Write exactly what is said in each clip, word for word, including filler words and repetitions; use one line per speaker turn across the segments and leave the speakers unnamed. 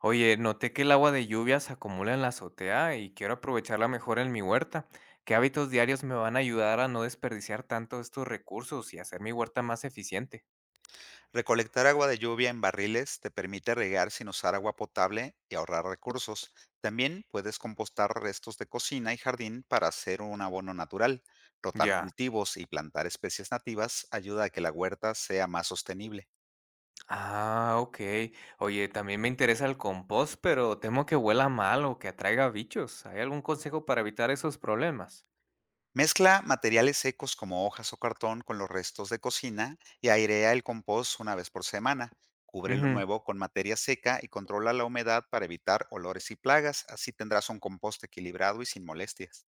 Oye, noté que el agua de lluvia se acumula en la azotea y quiero aprovecharla mejor en mi huerta. ¿Qué hábitos diarios me van a ayudar a no desperdiciar tanto estos recursos y hacer mi huerta más eficiente?
Recolectar agua de lluvia en barriles te permite regar sin usar agua potable y ahorrar recursos. También puedes compostar restos de cocina y jardín para hacer un abono natural. Rotar
Ya.
cultivos y plantar especies nativas ayuda a que la huerta sea más sostenible.
Ah, ok. Oye, también me interesa el compost, pero temo que huela mal o que atraiga bichos. ¿Hay algún consejo para evitar esos problemas?
Mezcla materiales secos como hojas o cartón con los restos de cocina y airea el compost una vez por semana. Cubre lo
Ujú.
nuevo con materia seca y controla la humedad para evitar olores y plagas. Así tendrás un compost equilibrado y sin molestias.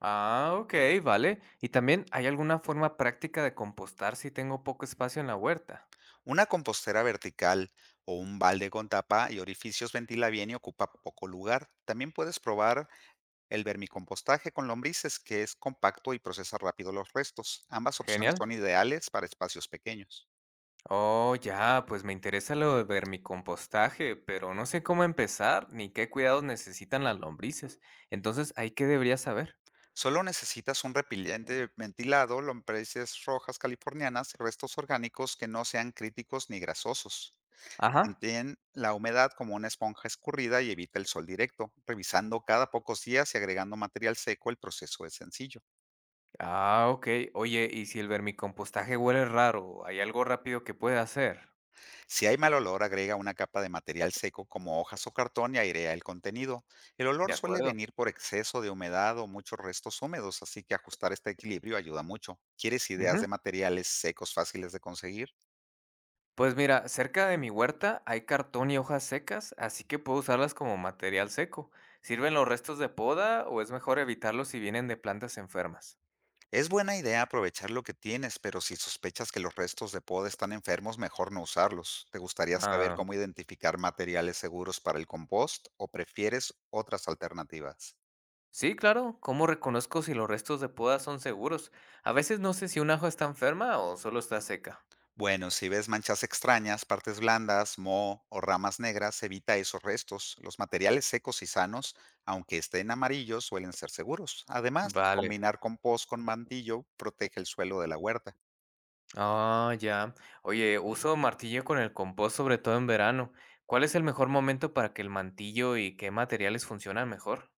Ah, ok, vale. ¿Y también hay alguna forma práctica de compostar si tengo poco espacio en la huerta?
Una compostera vertical o un balde con tapa y orificios ventila bien y ocupa poco lugar. También puedes probar el vermicompostaje con lombrices, que es compacto y procesa rápido los restos. Ambas opciones
Genial.
son ideales para espacios pequeños.
Oh, ya, pues me interesa lo de vermicompostaje, pero no sé cómo empezar ni qué cuidados necesitan las lombrices. Entonces, ¿ahí qué debería saber?
Solo necesitas un repelente ventilado, lombrices rojas californianas, restos orgánicos que no sean críticos ni grasosos.
Ajá.
Mantén la humedad como una esponja escurrida y evita el sol directo, revisando cada pocos días y agregando material seco. El proceso es sencillo.
Ah, ok. Oye, ¿y si el vermicompostaje huele raro? ¿Hay algo rápido que pueda hacer?
Si hay mal olor, agrega una capa de material seco como hojas o cartón y airea el contenido. El
De
olor suele
acuerdo.
venir por exceso de humedad o muchos restos húmedos, así que ajustar este equilibrio ayuda mucho. ¿Quieres ideas
Ujú.
de materiales secos fáciles de conseguir?
Pues mira, cerca de mi huerta hay cartón y hojas secas, así que puedo usarlas como material seco. ¿Sirven los restos de poda o es mejor evitarlos si vienen de plantas enfermas?
Es buena idea aprovechar lo que tienes, pero si sospechas que los restos de poda están enfermos, mejor no usarlos. ¿Te gustaría saber
Ajá.
cómo identificar materiales seguros para el compost o prefieres otras alternativas?
Sí, claro. ¿Cómo reconozco si los restos de poda son seguros? A veces no sé si un ajo está enferma o solo está seca.
Bueno, si ves manchas extrañas, partes blandas, moho o ramas negras, evita esos restos. Los materiales secos y sanos, aunque estén amarillos, suelen ser seguros. Además,
Vale.
combinar compost con mantillo protege el suelo de la huerta.
Ah, ya. Oye, uso martillo con el compost, sobre todo en verano. ¿Cuál es el mejor momento para que el mantillo y qué materiales funcionan mejor?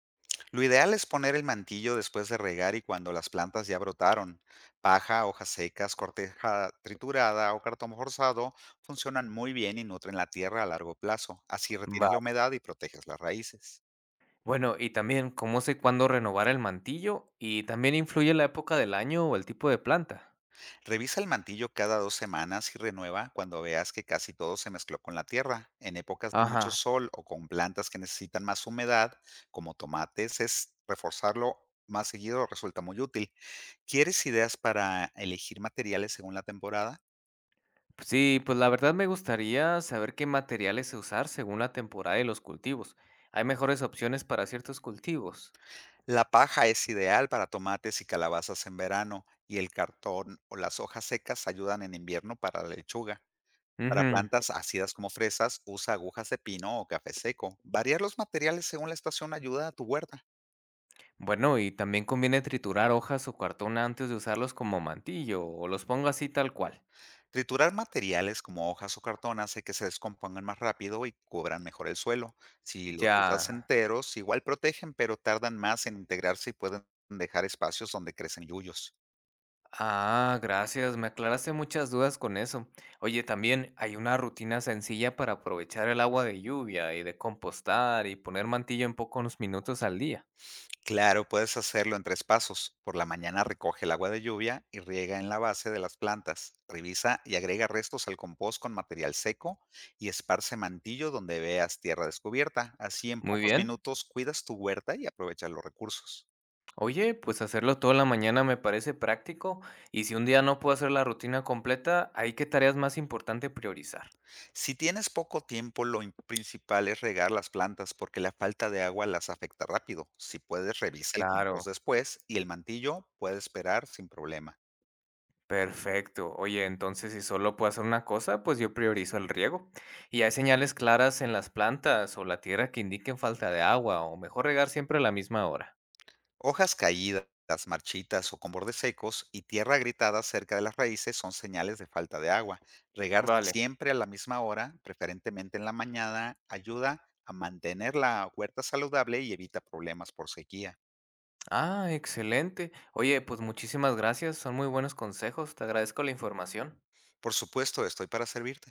Lo ideal es poner el mantillo después de regar y cuando las plantas ya brotaron. Paja, hojas secas, corteza triturada o cartón forzado funcionan muy bien y nutren la tierra a largo plazo. Así retienes la
Vale.
humedad y proteges las raíces.
Bueno, y también, ¿cómo sé cuándo renovar el mantillo? Y también influye la época del año o el tipo de planta.
Revisa el mantillo cada dos semanas y renueva cuando veas que casi todo se mezcló con la tierra. En épocas de mucho
Ajá.
sol o con plantas que necesitan más humedad, como tomates, es reforzarlo más seguido resulta muy útil. ¿Quieres ideas para elegir materiales según la temporada?
Sí, pues la verdad me gustaría saber qué materiales usar según la temporada y los cultivos. ¿Hay mejores opciones para ciertos cultivos?
La paja es ideal para tomates y calabazas en verano, y el cartón o las hojas secas ayudan en invierno para la lechuga. Para
Ujú.
plantas ácidas como fresas, usa agujas de pino o café seco. Variar los materiales según la estación ayuda a tu huerta.
Bueno, y también conviene triturar hojas o cartón antes de usarlos como mantillo o los pongo así tal cual.
Triturar materiales como hojas o cartón hace que se descompongan más rápido y cubran mejor el suelo. Si los usas
Ya.
enteros, igual protegen, pero tardan más en integrarse y pueden dejar espacios donde crecen yuyos.
Ah, gracias, me aclaraste muchas dudas con eso. Oye, también hay una rutina sencilla para aprovechar el agua de lluvia y de compostar y poner mantillo en pocos minutos al día.
Claro, puedes hacerlo en tres pasos. Por la mañana recoge el agua de lluvia y riega en la base de las plantas. Revisa y agrega restos al compost con material seco y esparce mantillo donde veas tierra descubierta. Así en
Muy
pocos
bien.
minutos cuidas tu huerta y aprovechas los recursos.
Oye, pues hacerlo toda la mañana me parece práctico y si un día no puedo hacer la rutina completa, ¿ahí qué tareas más importante priorizar?
Si tienes poco tiempo, lo im- principal es regar las plantas porque la falta de agua las afecta rápido. Si puedes, revisa el
Claro,
compost después y el mantillo puede esperar sin problema.
perfecto. Oye, entonces si solo puedo hacer una cosa, pues yo priorizo el riego. ¿Y hay señales claras en las plantas o la tierra que indiquen falta de agua o mejor regar siempre a la misma hora?
Hojas caídas, marchitas o con bordes secos y tierra agrietada cerca de las raíces son señales de falta de agua. Regar
Vale.
siempre a la misma hora, preferentemente en la mañana, ayuda a mantener la huerta saludable y evita problemas por sequía.
Ah, excelente. Oye, pues muchísimas gracias, son muy buenos consejos, te agradezco la información.
Por supuesto, estoy para servirte.